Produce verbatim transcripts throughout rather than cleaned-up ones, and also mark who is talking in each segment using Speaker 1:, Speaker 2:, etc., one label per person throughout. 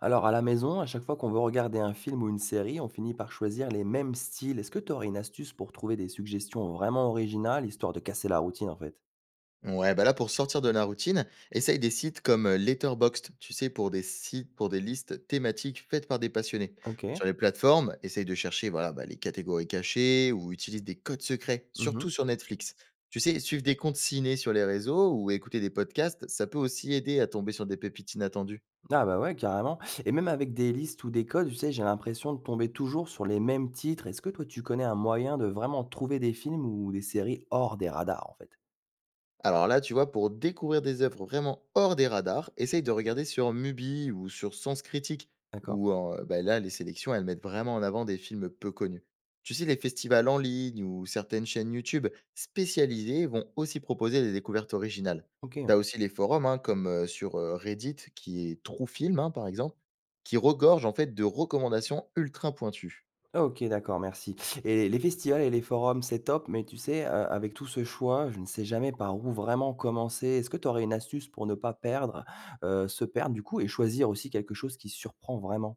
Speaker 1: Alors à la maison, à chaque fois qu'on veut regarder un film ou une série, on finit par choisir les mêmes styles. Est-ce que tu aurais une astuce pour trouver des suggestions vraiment originales, histoire de casser la routine en fait?
Speaker 2: Ouais, bah là, pour sortir de la routine, essaye des sites comme euh, Letterboxd, tu sais, pour des sites, pour des listes thématiques faites par des passionnés. Sur
Speaker 1: OK.
Speaker 2: les plateformes, essaye de chercher voilà, bah, les catégories cachées ou utilise des codes secrets,
Speaker 1: Mmh.
Speaker 2: surtout sur Netflix. Tu sais, suivre des comptes ciné sur les réseaux ou écouter des podcasts, ça peut aussi aider à tomber sur des pépites inattendues.
Speaker 1: Ah bah ouais, carrément, et même avec des listes ou des codes, tu sais, j'ai l'impression de tomber toujours sur les mêmes titres. Est-ce que toi, tu connais un moyen de vraiment trouver des films ou des séries hors des radars en fait?
Speaker 2: Alors là, tu vois, pour découvrir des œuvres vraiment hors des radars, essaye de regarder sur Mubi ou sur Sens Critique,
Speaker 1: D'accord.
Speaker 2: où euh, bah là, les sélections, elles mettent vraiment en avant des films peu connus. Tu sais, les festivals en ligne ou certaines chaînes YouTube spécialisées vont aussi proposer des découvertes originales.
Speaker 1: OK.
Speaker 2: T'as aussi les forums, hein, comme euh, sur euh, Reddit, qui est True Film, hein, par exemple, qui regorge en fait de recommandations ultra pointues.
Speaker 1: OK, d'accord, merci. Et les festivals et les forums, c'est top, mais tu sais, heu, avec tout ce choix, je ne sais jamais par où vraiment commencer. Est-ce que tu aurais une astuce pour ne pas perdre, heu, se perdre du coup et choisir aussi quelque chose qui surprend vraiment?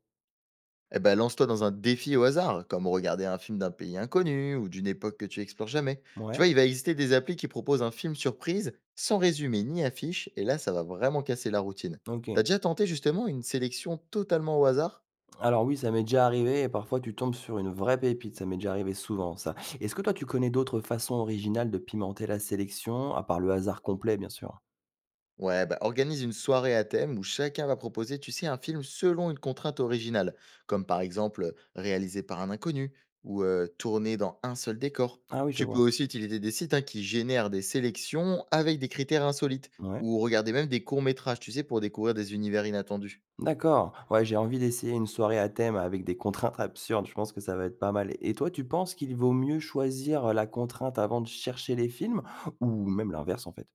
Speaker 2: Eh ben, lance-toi dans un défi au hasard, comme regarder un film d'un pays inconnu ou d'une époque que tu explores jamais. Tu
Speaker 1: Ouais?
Speaker 2: vois, il va exister des applis qui proposent un film surprise sans résumé ni affiche, et là, ça va vraiment casser la routine.
Speaker 1: OK.
Speaker 2: T'as déjà tenté justement une sélection totalement au hasard.
Speaker 1: Alors oui, ça m'est déjà arrivé et parfois tu tombes sur une vraie pépite, ça m'est déjà arrivé souvent ça. Est-ce que toi tu connais d'autres façons originales de pimenter la sélection, à part le hasard complet, bien sûr?
Speaker 2: Ouais, bah, organise une soirée à thème où chacun va proposer, tu sais, un film selon une contrainte originale, comme par exemple réalisé par un inconnu ou euh, tourné dans un seul décor.
Speaker 1: Ah oui, je
Speaker 2: Tu peux
Speaker 1: vois.
Speaker 2: aussi utiliser des sites hein, qui génèrent des sélections avec des critères insolites
Speaker 1: Ouais.
Speaker 2: ou regarder même des courts-métrages, tu sais, pour découvrir des univers inattendus.
Speaker 1: D'accord. Ouais, j'ai envie d'essayer une soirée à thème avec des contraintes absurdes. Je pense que ça va être pas mal. Et toi, tu penses qu'il vaut mieux choisir, la contrainte avant de chercher les films? Ou même l'inverse, en fait?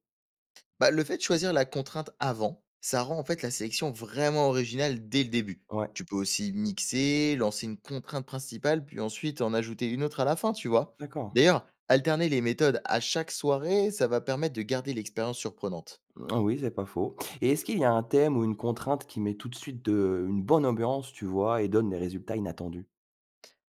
Speaker 2: Bah, le fait de choisir la contrainte avant, ça rend en fait la sélection vraiment originale dès le début.
Speaker 1: Ouais,
Speaker 2: Tu peux aussi mixer, lancer une contrainte principale, puis ensuite en ajouter une autre à la fin, tu vois.
Speaker 1: d'accord.
Speaker 2: D'ailleurs, alterner les méthodes à chaque soirée, ça va permettre de garder l'expérience surprenante.
Speaker 1: Mmh, oui, c'est pas faux. Et est-ce qu'il y a un thème ou une contrainte qui met tout de suite de une bonne ambiance, tu vois, et donne des résultats inattendus?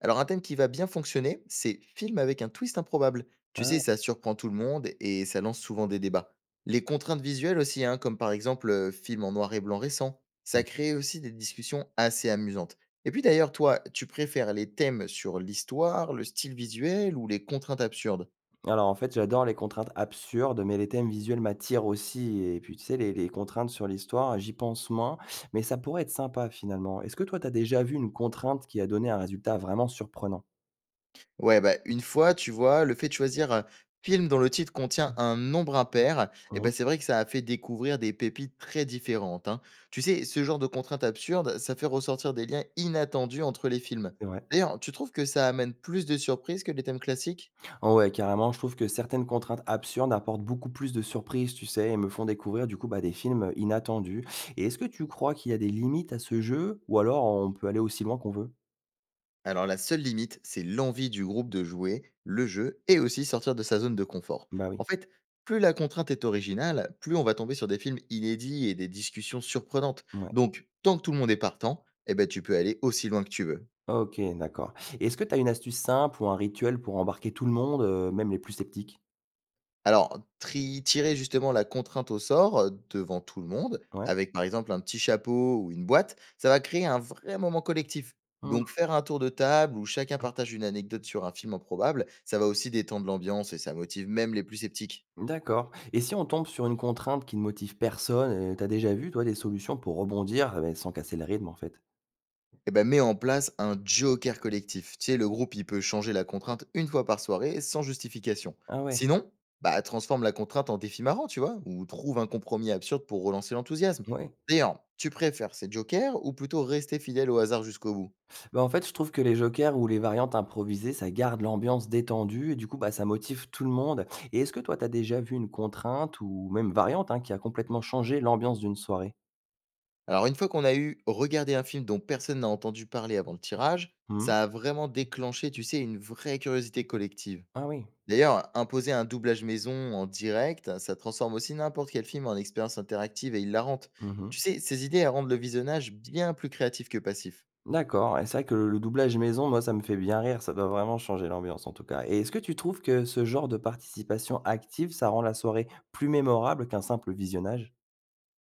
Speaker 2: Alors un thème qui va bien fonctionner, c'est film avec un twist improbable. Tu sais, ça
Speaker 1: Ah.
Speaker 2: surprend tout le monde et ça lance souvent des débats. Les contraintes visuelles aussi, hein, comme par exemple euh, film en noir et blanc récent, ça crée aussi des discussions assez amusantes. Et puis d'ailleurs, toi, tu préfères les thèmes sur l'histoire, le style visuel ou les contraintes absurdes?
Speaker 1: Alors, en fait, j'adore les contraintes absurdes, mais les thèmes visuels m'attirent aussi. Et puis, tu sais, les, les contraintes sur l'histoire, j'y pense moins, mais ça pourrait être sympa finalement. Est-ce que toi, t'as déjà vu une contrainte qui a donné un résultat vraiment surprenant?
Speaker 2: Ouais, bah, une fois, tu vois, le fait de choisir un film dont le titre contient un nombre impair, et
Speaker 1: Mhm,
Speaker 2: ben, c'est vrai que ça a fait découvrir des pépites très différentes, hein. Tu sais, ce genre de contrainte absurde, ça fait ressortir des liens inattendus entre les films.
Speaker 1: c'est vrai.
Speaker 2: D'ailleurs, tu trouves que ça amène plus de surprises que les thèmes classiques?
Speaker 1: Ah ouais, carrément, je trouve que certaines contraintes absurdes apportent beaucoup plus de surprises, tu sais, et me font découvrir du coup bah, des films inattendus. Et est-ce que tu crois qu'il y a des limites à ce jeu, ou alors on peut aller aussi loin qu'on veut?
Speaker 2: Alors la seule limite, c'est l'envie du groupe de jouer, le jeu et aussi sortir de sa zone de confort.
Speaker 1: Bah oui.
Speaker 2: En fait, plus la contrainte est originale, plus on va tomber sur des films inédits et des discussions surprenantes.
Speaker 1: Ouais.
Speaker 2: Donc, tant que tout le monde est partant, eh ben, tu peux aller aussi loin que tu veux.
Speaker 1: OK, d'accord. Et est-ce que tu as une astuce simple ou un rituel pour embarquer tout le monde, heu, même les plus sceptiques?
Speaker 2: Alors, tri- tirer justement la contrainte au sort euh, devant tout le monde,
Speaker 1: Ouais?
Speaker 2: avec par exemple un petit chapeau ou une boîte, ça va créer un vrai moment collectif.
Speaker 1: Mmh,
Speaker 2: Donc faire un tour de table où chacun partage une anecdote sur un film improbable, ça va aussi détendre l'ambiance et ça motive même les plus sceptiques.
Speaker 1: d'accord. Et si on tombe sur une contrainte qui ne motive personne, heu, tu as déjà vu, toi, des solutions pour rebondir, heu, sans casser le rythme, en fait?
Speaker 2: Eh ben, mets en place un joker collectif. Tu sais, le groupe, il peut changer la contrainte une fois par soirée sans justification.
Speaker 1: Ah ouais?
Speaker 2: Sinon, bah, transforme la contrainte en défi marrant, tu vois, ou trouve un compromis absurde pour relancer l'enthousiasme.
Speaker 1: Ouais.
Speaker 2: D'ailleurs, tu préfères ces jokers ou plutôt rester fidèle au hasard jusqu'au bout?
Speaker 1: Bah, en fait, je trouve que les jokers ou les variantes improvisées, ça garde l'ambiance détendue et du coup, bah, ça motive tout le monde. Et est-ce que toi, tu as déjà vu une contrainte ou même variante, hein, qui a complètement changé l'ambiance d'une soirée?
Speaker 2: Alors, une fois qu'on a eu regardé un film dont personne n'a entendu parler avant le tirage,
Speaker 1: Mmh.
Speaker 2: ça a vraiment déclenché, tu sais, une vraie curiosité collective.
Speaker 1: Ah oui.
Speaker 2: D'ailleurs, imposer un doublage maison en direct, ça transforme aussi n'importe quel film en expérience interactive et hilarante.
Speaker 1: Mmh.
Speaker 2: Tu sais, ces idées elles rendent le visionnage bien plus créatif que passif.
Speaker 1: D'accord, et c'est vrai que le le doublage maison, moi, ça me fait bien rire, ça doit vraiment changer l'ambiance en tout cas. Et est-ce que tu trouves que ce genre de participation active, ça rend la soirée plus mémorable qu'un simple visionnage?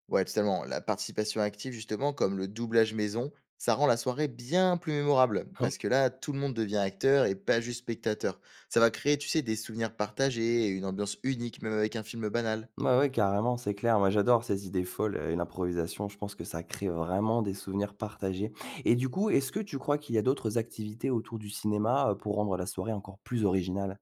Speaker 2: Ouais, totalement. La participation active, justement, comme le doublage maison, ça rend la soirée bien plus mémorable.
Speaker 1: Ah oui.
Speaker 2: Parce que là, tout le monde devient acteur et pas juste spectateur. Ça va créer, tu sais, des souvenirs partagés et une ambiance unique, même avec un film banal.
Speaker 1: Ouais, ouais, carrément, c'est clair. Moi, j'adore ces idées folles euh, et l'improvisation. Je pense que ça crée vraiment des souvenirs partagés. Et du coup, est-ce que tu crois qu'il y a d'autres activités autour du cinéma euh, pour rendre la soirée encore plus originale?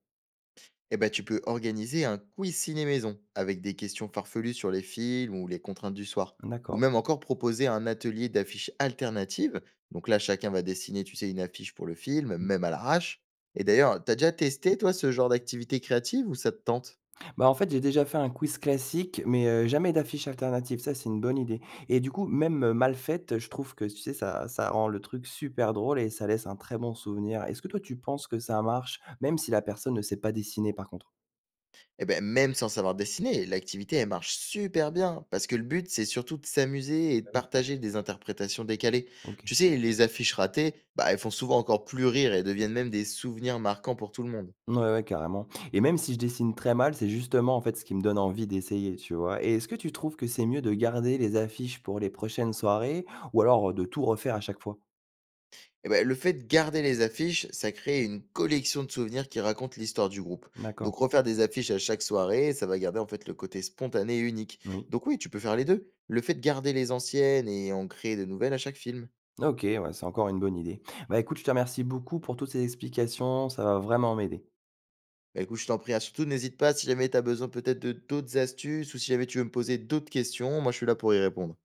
Speaker 2: Eh ben, tu peux organiser un quiz ciné-maison avec des questions farfelues sur les films ou les contraintes du soir. Ou
Speaker 1: D'accord.
Speaker 2: même encore proposer un atelier d'affiches alternatives. Donc là, chacun va dessiner, tu sais, une affiche pour le film, même à l'arrache. Et d'ailleurs, t'as déjà testé, toi, ce genre d'activité créative ou ça te tente?
Speaker 1: Bah, en fait, j'ai déjà fait un quiz classique, mais heu, jamais d'affiche alternative. Ça, c'est une bonne idée, et du coup, même, heu, mal faite, je trouve que, tu sais, ça ça rend le truc super drôle et ça laisse un très bon souvenir. Est-ce que toi, tu penses que ça marche, même si la personne ne sait pas dessiner, par contre?
Speaker 2: Eh ben, même sans savoir dessiner, l'activité, elle marche super bien. Parce que le but, c'est surtout de s'amuser et de
Speaker 1: Bah, oui.
Speaker 2: partager des interprétations décalées.
Speaker 1: OK.
Speaker 2: Tu sais, les affiches ratées, bah, elles font souvent encore plus rire et deviennent même des souvenirs marquants pour tout le monde.
Speaker 1: Ouais, ouais, carrément, et même si je dessine très mal, c'est justement, en fait, ce qui me donne envie d'essayer, tu vois? Et est-ce que tu trouves que c'est mieux de garder les affiches pour les prochaines soirées ou alors, heu, de tout refaire à chaque fois?
Speaker 2: Eh ben, le fait de garder les affiches, ça crée une collection de souvenirs qui raconte l'histoire du groupe.
Speaker 1: D'accord,
Speaker 2: Donc refaire des affiches à chaque soirée, ça va garder en fait le côté spontané et unique.
Speaker 1: oui.
Speaker 2: Donc oui, tu peux faire les deux. Le fait de garder les anciennes et en créer de nouvelles à chaque film.
Speaker 1: OK, ouais, c'est encore une bonne idée. Bah, écoute, je te remercie beaucoup pour toutes ces explications, ça va vraiment m'aider.
Speaker 2: Bah écoute, je t'en prie, ah, surtout n'hésite pas si jamais tu as besoin peut-être de d'autres astuces ou si jamais tu veux me poser d'autres questions, moi je suis là pour y répondre.